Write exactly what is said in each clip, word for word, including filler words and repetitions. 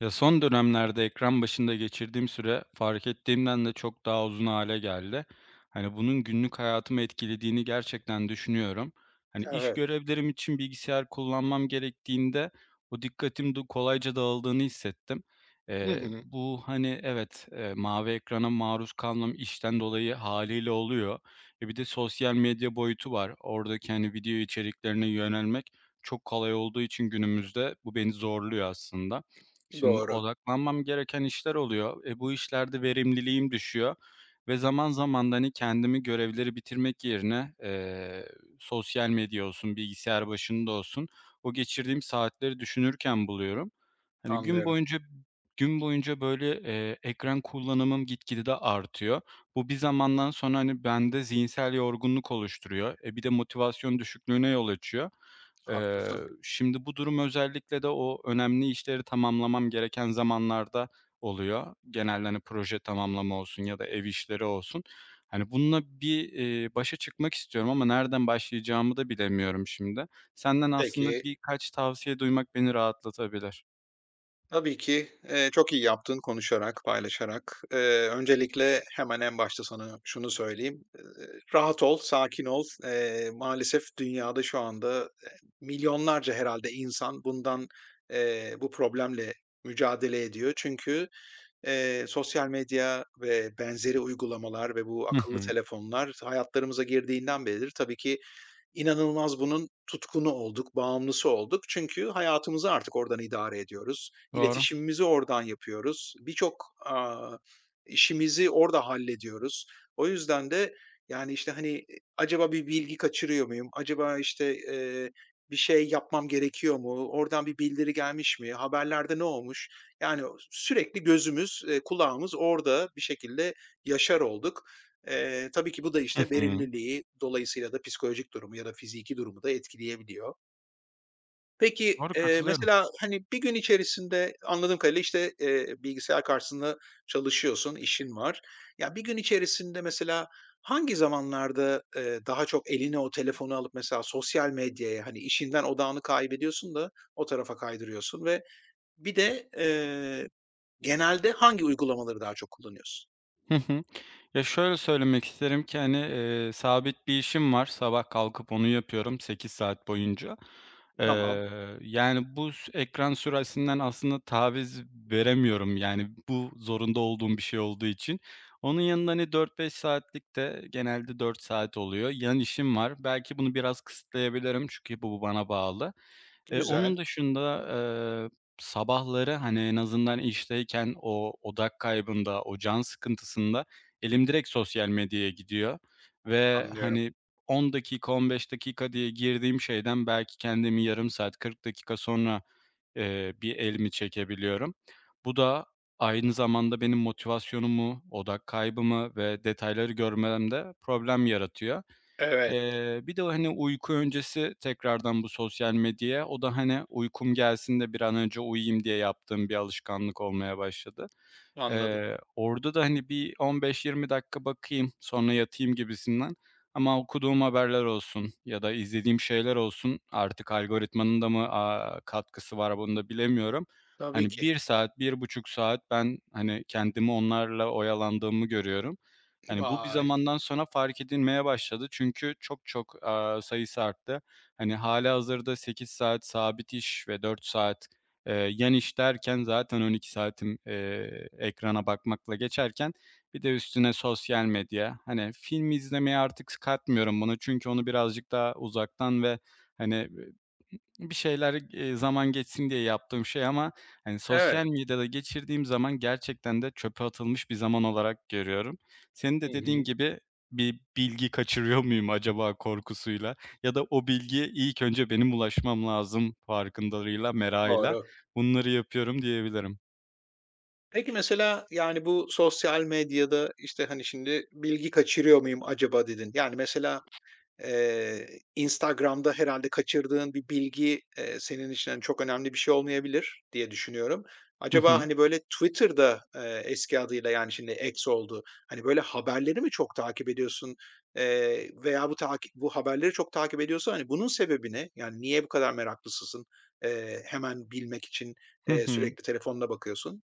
Ya, son dönemlerde ekran başında geçirdiğim süre fark ettiğimden de çok daha uzun hale geldi. Hani, bunun günlük hayatımı etkilediğini gerçekten düşünüyorum. Hani, iş Evet. görevlerim için bilgisayar kullanmam gerektiğinde o dikkatim de kolayca dağıldığını hissettim. Hı Eee, hı. bu, hani, evet, eee, mavi ekrana maruz kalmam işten dolayı haliyle oluyor. E, bir de sosyal medya boyutu var. Oradaki, hani, video içeriklerine yönelmek çok kolay olduğu için günümüzde bu beni zorluyor aslında. Şimdi Doğru. odaklanmam gereken işler oluyor. E, bu işlerde verimliliğim düşüyor ve zaman zaman da, hani, kendimi görevleri bitirmek yerine, eee, sosyal medya olsun, bilgisayar başında olsun, o geçirdiğim saatleri düşünürken buluyorum. Hani, gün Anlıyorum. boyunca gün boyunca, böyle, eee, ekran kullanımım gitgide de artıyor. Bu bir zamandan sonra, hani, bende zihinsel yorgunluk oluşturuyor. E, bir de motivasyon düşüklüğüne yol açıyor. Eee, haklı. Şimdi bu durum özellikle de o önemli işleri tamamlamam gereken zamanlarda oluyor. Genelde, hani, proje tamamlama olsun ya da ev işleri olsun. Hani, bununla bir, eee, başa çıkmak istiyorum ama nereden başlayacağımı da bilemiyorum şimdi. Senden aslında Peki, birkaç tavsiye duymak beni rahatlatabilir. tabii ki, eee, çok iyi yaptın konuşarak, paylaşarak. Eee, öncelikle hemen en başta sana şunu söyleyeyim. Eee, rahat ol, sakin ol. Eee, maalesef dünyada şu anda, eee, milyonlarca herhalde insan bundan, eee, bu problemle mücadele ediyor. Çünkü, eee, sosyal medya ve benzeri uygulamalar ve bu Hı akıllı hı. telefonlar hayatlarımıza girdiğinden beridir tabii ki İnanılmaz bunun tutkunu olduk, bağımlısı olduk. Çünkü hayatımızı artık oradan idare ediyoruz. Doğru. İletişimimizi oradan yapıyoruz. Birçok, aaa, işimizi orada hallediyoruz. O yüzden de, yani, işte, hani, eee, acaba bir bilgi kaçırıyor muyum? Acaba, işte, eee, bir şey yapmam gerekiyor mu? Oradan bir bildiri gelmiş mi? Haberlerde ne olmuş? Yani, sürekli gözümüz, eee, kulağımız orada bir şekilde yaşar olduk. Eee, tabii ki bu da, Hı işte, hı. verimliliği, dolayısıyla da psikolojik durumu ya da fiziki durumu da etkileyebiliyor. Peki, Doğru, eee, katılıyorum. mesela, hani, bir gün içerisinde anladığım kadarıyla, işte, eee, bilgisayar karşısında çalışıyorsun, işin var. Ya, bir gün içerisinde mesela hangi zamanlarda, eee, daha çok eline o telefonu alıp mesela sosyal medyaya, hani, işinden odağını kaybediyorsun da o tarafa kaydırıyorsun ve bir de, eee, genelde hangi uygulamaları daha çok kullanıyorsun? Hı hı. Ya, şöyle söylemek isterim ki, hani, eee, sabit bir işim var. Sabah kalkıp onu yapıyorum sekiz saat boyunca. Tamam, Eee, Yani, bu s ekran süresinden aslında taviz veremiyorum, yani, bu zorunda olduğum bir şey olduğu için. Onun yanında, hani, dört beş saatlik de genelde dört saat oluyor. Yan işim var. Belki bunu biraz kısıtlayabilirim çünkü bu bu bana bağlı. Eee, güzel, Onun dışında, eee, sabahları, hani, en azından işteyken o odak kaybında, o can sıkıntısında elim direkt sosyal medyaya gidiyor ve, anlıyorum. hani, on dakika, on beş dakika diye girdiğim şeyden belki kendimi yarım saat, kırk dakika sonra, eee, bir elimi çekebiliyorum. Bu da aynı zamanda benim motivasyonumu, odak kaybımı ve detayları görmemde problem yaratıyor. Evet, Eee, bir de, hani, uyku öncesi tekrardan bu sosyal medyaya, o da, hani, uykum gelsin de bir an önce uyuyayım diye yaptığım bir alışkanlık olmaya başladı. anladım. Eee, orada da, hani, bir on beş yirmi dakika bakayım, sonra yatayım gibisinden ama okuduğum haberler olsun ya da izlediğim şeyler olsun, artık algoritmanın da mı, aaa, katkısı var bunu da bilemiyorum. Tabii Hani, ki. bir saat, bir buçuk saat ben, hani, kendimi onlarla oyalandığımı görüyorum. Hani, bu bir Vay! zamandan sonra fark edilmeye başladı çünkü çok çok, aaa, sayısı arttı. Hani, hâlihazırda sekiz saat sabit iş ve dört saat Eee, yan iş derken zaten on iki saatim, eee, ekrana bakmakla geçerken bir de üstüne sosyal medya. Hani, film izlemeye artık s katmıyorum bunu çünkü onu birazcık daha uzaktan ve, hani, bir şeyler, eee, zaman geçsin diye yaptığım şey ama, hani, sosyal Evet. medyada geçirdiğim zaman gerçekten de çöpe atılmış bir zaman olarak görüyorum. Senin Hı de dediğin hı. gibi bir bilgi kaçırıyor muyum acaba korkusuyla ya da o bilgiye ilk önce benim ulaşmam lazım farkındalığıyla, merakıyla Doğru. bunları yapıyorum diyebilirim. Peki, mesela, yani, bu sosyal medyada, işte, hani, şimdi, "Bilgi kaçırıyor muyum acaba?" dedin. Yani, mesela, Eee, Instagram'da herhâlde kaçırdığın bir bilgi, eee, senin için, hani, çok önemli bir şey olmayabilir diye düşünüyorum. Hı Acaba, hı. hani, böyle Twitter'da, eee, eski adıyla, yani, şimdi X oldu, hani, böyle haberleri mi çok takip ediyorsun, eee, veya bu taki bu haberleri çok takip ediyorsan, hani, bunun sebebi ne? Yani, niye bu kadar meraklısısın? Eee, hemen bilmek için, Hı eee, hı. sürekli telefonuna bakıyorsun?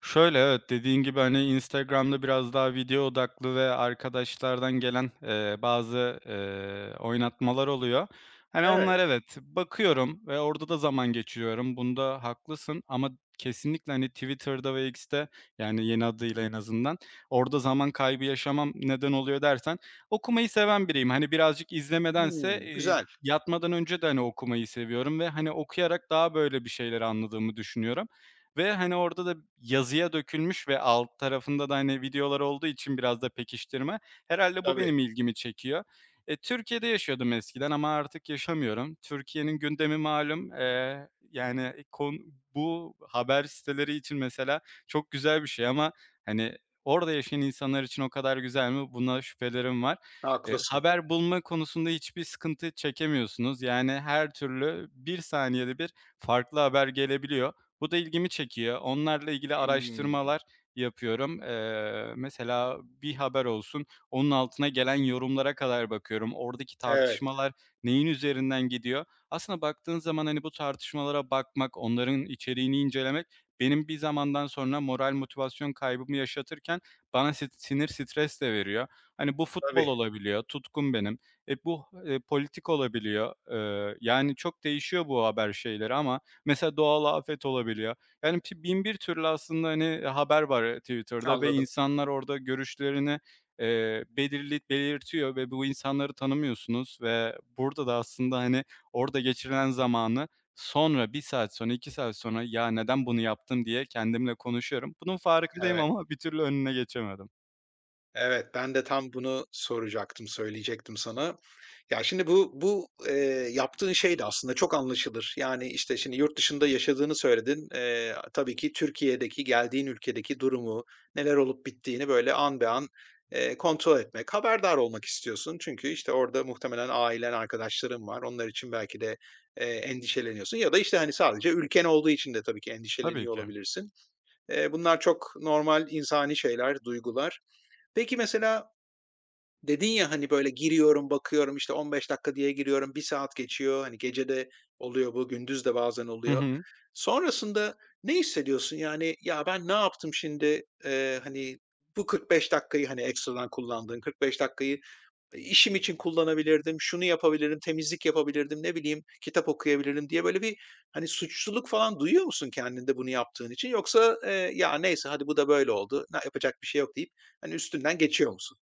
Şöyle, evet, dediğin gibi, hani, Instagram'da biraz daha video odaklı ve arkadaşlardan gelen, eee, bazı, eee, oynatmalar oluyor. Hani, Evet, onlar evet, bakıyorum ve orada da zaman geçiriyorum. Bunda haklısın ama kesinlikle, hani, Twitter'da ve X'te, yani, yeni adıyla en azından, orada zaman kaybı yaşamam neden oluyor dersen, okumayı seven biriyim. Hani, birazcık izlemedense, hımm, eee, güzel. yatmadan önce de, hani, okumayı seviyorum ve, hani, okuyarak daha böyle bir şeyleri anladığımı düşünüyorum. Ve, hani, orada da yazıya dökülmüş ve alt tarafında da, hani, videolar olduğu için biraz da pekiştirme, herhâlde bu Tabii, benim ilgimi çekiyor. E, Türkiye'de yaşıyordum eskiden ama artık yaşamıyorum. Türkiye'nin gündemi malum. Eee, yani, e, kon bu haber siteleri için mesela çok güzel bir şey ama, hani, orada yaşayan insanlar için o kadar güzel mi? Buna şüphelerim var. E, haklısın. Haber bulma konusunda hiçbir sıkıntı çekemiyorsunuz. Yani, her türlü bir saniyede bir farklı haber gelebiliyor. Bu da ilgimi çekiyor. Onlarla ilgili Hımm, araştırmalar yapıyorum. Eee, mesela bir haber olsun, onun altına gelen yorumlara kadar bakıyorum. Oradaki evet, tartışmalar neyin üzerinden gidiyor? Aslında baktığın zaman, hani, bu tartışmalara bakmak, onların içeriğini incelemek benim bir zamandan sonra moral motivasyon kaybımı yaşatırken bana sit sinir, stres de veriyor. Hani, bu futbol tabii, olabiliyor, tutkum benim. E, bu, eee, politik olabiliyor. Eee, yani, çok değişiyor bu haber şeyleri ama mesela doğal afet olabiliyor. Yani pi bin bir türlü aslında, hani, haber var, Twitter'da ve anladım, insanlar orada görüşlerini, eee, belirli belirtiyor ve bu insanları tanımıyorsunuz ve burada da aslında, hani, orada geçirilen zamanı sonra bir saat sonra, iki saat sonra "Ya, neden bunu yaptım?" diye kendimle konuşuyorum. Bunun farkındayım evet. ama bir türlü önüne geçemedim. Evet, ben de tam bunu soracaktım, söyleyecektim sana. Ya, şimdi bu bu, eee, yaptığın şey de aslında çok anlaşılır. Yani, işte, şimdi yurt dışında yaşadığını söyledin. Eee, tabii ki Türkiye'deki, geldiğin ülkedeki durumu, neler olup bittiğini böyle an be an, eee, kontrol etmek, haberdar olmak istiyorsun. Çünkü, işte, orada muhtemelen ailen, arkadaşların var. Onlar için belki de, eee, endişeleniyorsun ya da, işte, hani, sadece ülken olduğu için de tabii ki Tabii endişeleniyor ki. olabilirsin. Eee, bunlar çok normal insani şeyler, duygular. Peki mesela dedin ya, hani, böyle giriyorum, bakıyorum, işte, on beş dakika diye giriyorum, bir saat geçiyor. Hani, gece de oluyor bu, gündüz de bazen Hı oluyor. hı. Sonrasında ne hissediyorsun? Yani, "Ya, ben ne yaptım şimdi?" Eee, hani, bu kırk beş dakikayı, hani, ekstradan kullandığın kırk beş dakikayı İşim için kullanabilirdim, şunu yapabilirim, temizlik yapabilirdim, ne bileyim, kitap okuyabilirim diye böyle bir, hani, suçluluk falan duyuyor musun kendinde bunu yaptığın için? Yoksa, eee, "Ya, neyse, hadi bu da böyle oldu. Na yapacak bir şey yok." deyip, hani, üstünden geçiyor musun?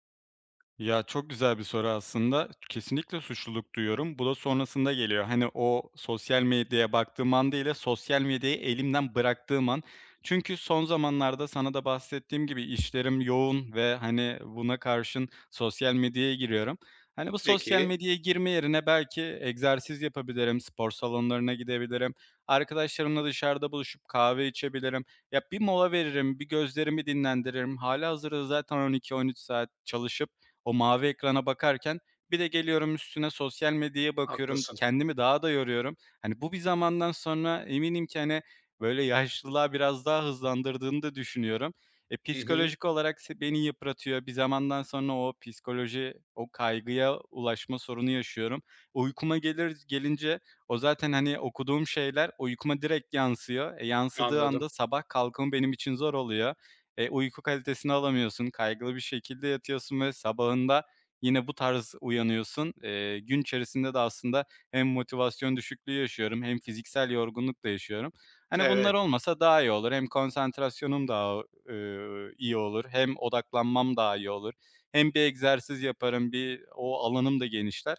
Ya, çok güzel bir soru aslında. Kesinlikle suçluluk duyuyorum. Bu da sonrasında geliyor. Hani, o sosyal medyaya baktığım an değil de sosyal medyayı elimden bıraktığım an. Çünkü son zamanlarda sana da bahsettiğim gibi işlerim yoğun ve, hani, buna karşın sosyal medyaya giriyorum. Hani, bu sosyal Peki, medyaya girme yerine belki egzersiz yapabilirim, spor salonlarına gidebilirim, arkadaşlarımla dışarıda buluşup kahve içebilirim. Ya, bir mola veririm, bir gözlerimi dinlendiririm. Hâlihazırda zaten on iki on üç saat çalışıp o mavi ekrana bakarken bir de geliyorum üstüne sosyal medyaya bakıyorum. haklısın. Kendimi daha da yoruyorum. Hani, bu bir zamandan sonra eminim ki, hani, böyle, yaşlılığa biraz daha hızlandırdığını da düşünüyorum. E, Hı hı, Psikolojik olarak se beni yıpratıyor. Bir zamandan sonra o psikoloji, o kaygıya ulaşma sorunu yaşıyorum. Uykuma gelir gelince o zaten, hani, okuduğum şeyler uykuma direkt yansıyor. E, yansıdığı anladım. anda sabah kalkım benim için zor oluyor. Eee, uyku kalitesini alamıyorsun, kaygılı bir şekilde yatıyorsun ve sabahında yine bu tarz uyanıyorsun. Eee, gün içerisinde de aslında hem motivasyon düşüklüğü yaşıyorum hem fiziksel yorgunluk da yaşıyorum. Hani, bunlar Evet, olmasa daha iyi olur. Hem konsantrasyonum daha, ııı, iyi olur hem odaklanmam daha iyi olur. Hem bir egzersiz yaparım, bir o alanım da genişler.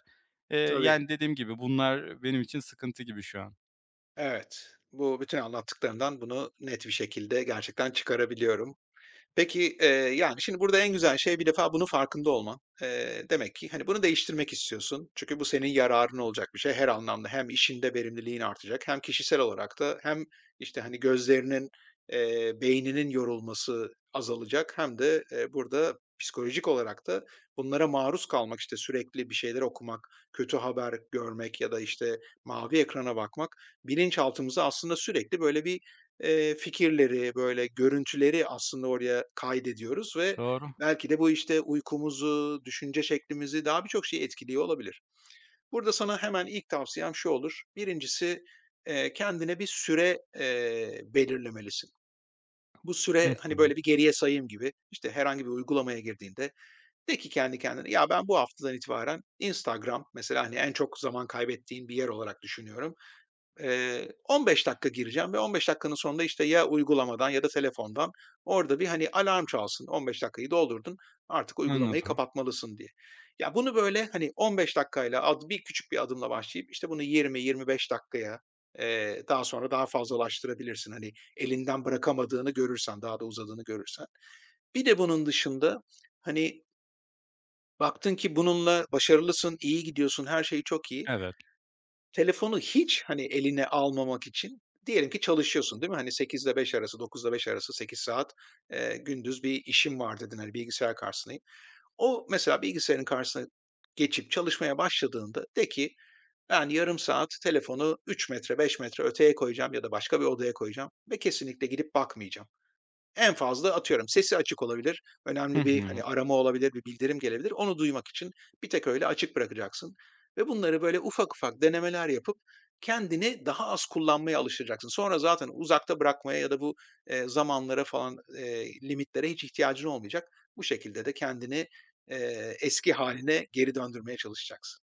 Eee, tabii. Yani, dediğim gibi bunlar benim için sıkıntı gibi şu an. Evet, bu bütün anlattıklarından bunu net bir şekilde gerçekten çıkarabiliyorum. Peki, eee, yani, şimdi burada en güzel şey bir defa bunun farkında olman. Eee, demek ki, hani, bunu değiştirmek istiyorsun. Çünkü bu senin yararına olacak bir şey her anlamda. Hem işinde verimliliğin artacak hem kişisel olarak da hem, işte, hani, gözlerinin, eee, beyninin yorulması azalacak hem de, eee, burada psikolojik olarak da bunlara maruz kalmak, işte, sürekli bir şeyler okumak, kötü haber görmek ya da, işte, mavi ekrana bakmak bilinçaltımızı aslında sürekli böyle bir Eee, fikirleri, böyle, görüntüleri aslında oraya kaydediyoruz ve Doğru. belki de bu, işte, uykumuzu, düşünce şeklimizi, daha birçok şeyi etkiliyor olabilir. Burada sana hemen ilk tavsiyem şu olur. Birincisi eee, kendine bir süre, eee, belirlemelisin. Bu Hı süre, hani, hı. böyle, bir geriye sayım gibi, işte, herhangi bir uygulamaya girdiğinde de ki kendi kendine, "Ya, ben bu haftadan itibaren Instagram" mesela, hani, en çok zaman kaybettiğin bir yer olarak düşünüyorum. Eee, on beş dakika gireceğim ve on beş dakikanın sonunda, işte, ya uygulamadan ya da telefondan orada bir, hani, alarm çalsın, on beş dakikayı doldurdun, artık uygulamayı Anladım. kapatmalısın diye. Ya, bunu, böyle, hani, on beş dakikayla ad bir küçük bir adımla başlayıp, işte, bunu yirmi yirmi beş dakikaya, eee, daha sonra daha fazlalaştırabilirsin. Hani, elinden bırakamadığını görürsen, daha da uzadığını görürsen. Bir de bunun dışında, hani, baktın ki bununla başarılısın, iyi gidiyorsun, her şey çok iyi. Evet. Telefonu hiç, hani, eline almamak için diyelim ki çalışıyorsun, değil mi? Hani, sekizde beş arası, dokuzda beş arası sekiz saat, eee, gündüz bir işim var dedin, hani, bilgisayar karşısındayım. O mesela bilgisayarın karşısına geçip çalışmaya başladığında de ki, "Ben yarım saat telefonu üç metre, beş metre öteye koyacağım ya da başka bir odaya koyacağım ve kesinlikle gidip bakmayacağım." En fazla atıyorum sesi açık olabilir. Hı Önemli bir, hı. hani, arama olabilir, bir bildirim gelebilir. Onu duymak için bir tek öyle açık bırakacaksın ve bunları böyle ufak ufak denemeler yapıp kendini daha az kullanmaya alıştıracaksın. Sonra zaten uzakta bırakmaya ya da bu, eee, zamanlara falan, eee, limitlere hiç ihtiyacın olmayacak. Bu şekilde de kendini, eee, eski haline geri döndürmeye çalışacaksın.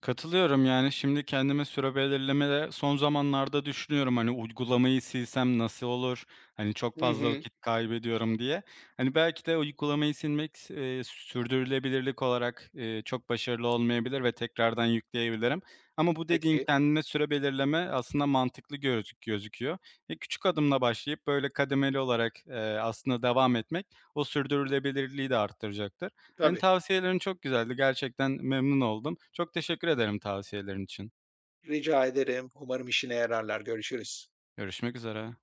Katılıyorum, yani şimdi kendime süre belirleme de son zamanlarda düşünüyorum. Hani, uygulamayı silsem nasıl olur? Hani, çok Hı fazla hı. vakit kaybediyorum diye. Hani, belki de uygulamayı silmek e, sürdürülebilirlik olarak e, çok başarılı olmayabilir ve tekrardan yükleyebilirim. Ama bu dediğin Peki. kendime süre belirleme aslında mantıklı gözük gözüküyor. E, küçük adımla başlayıp böyle kademeli olarak e, aslında devam etmek o sürdürülebilirliği de arttıracaktır. Hani, Tabii. tavsiyelerin çok güzeldi. Gerçekten memnun oldum. Çok teşekkür ederim tavsiyelerin için. Rica ederim. Umarım işine yararlar. Görüşürüz. Görüşmek üzere.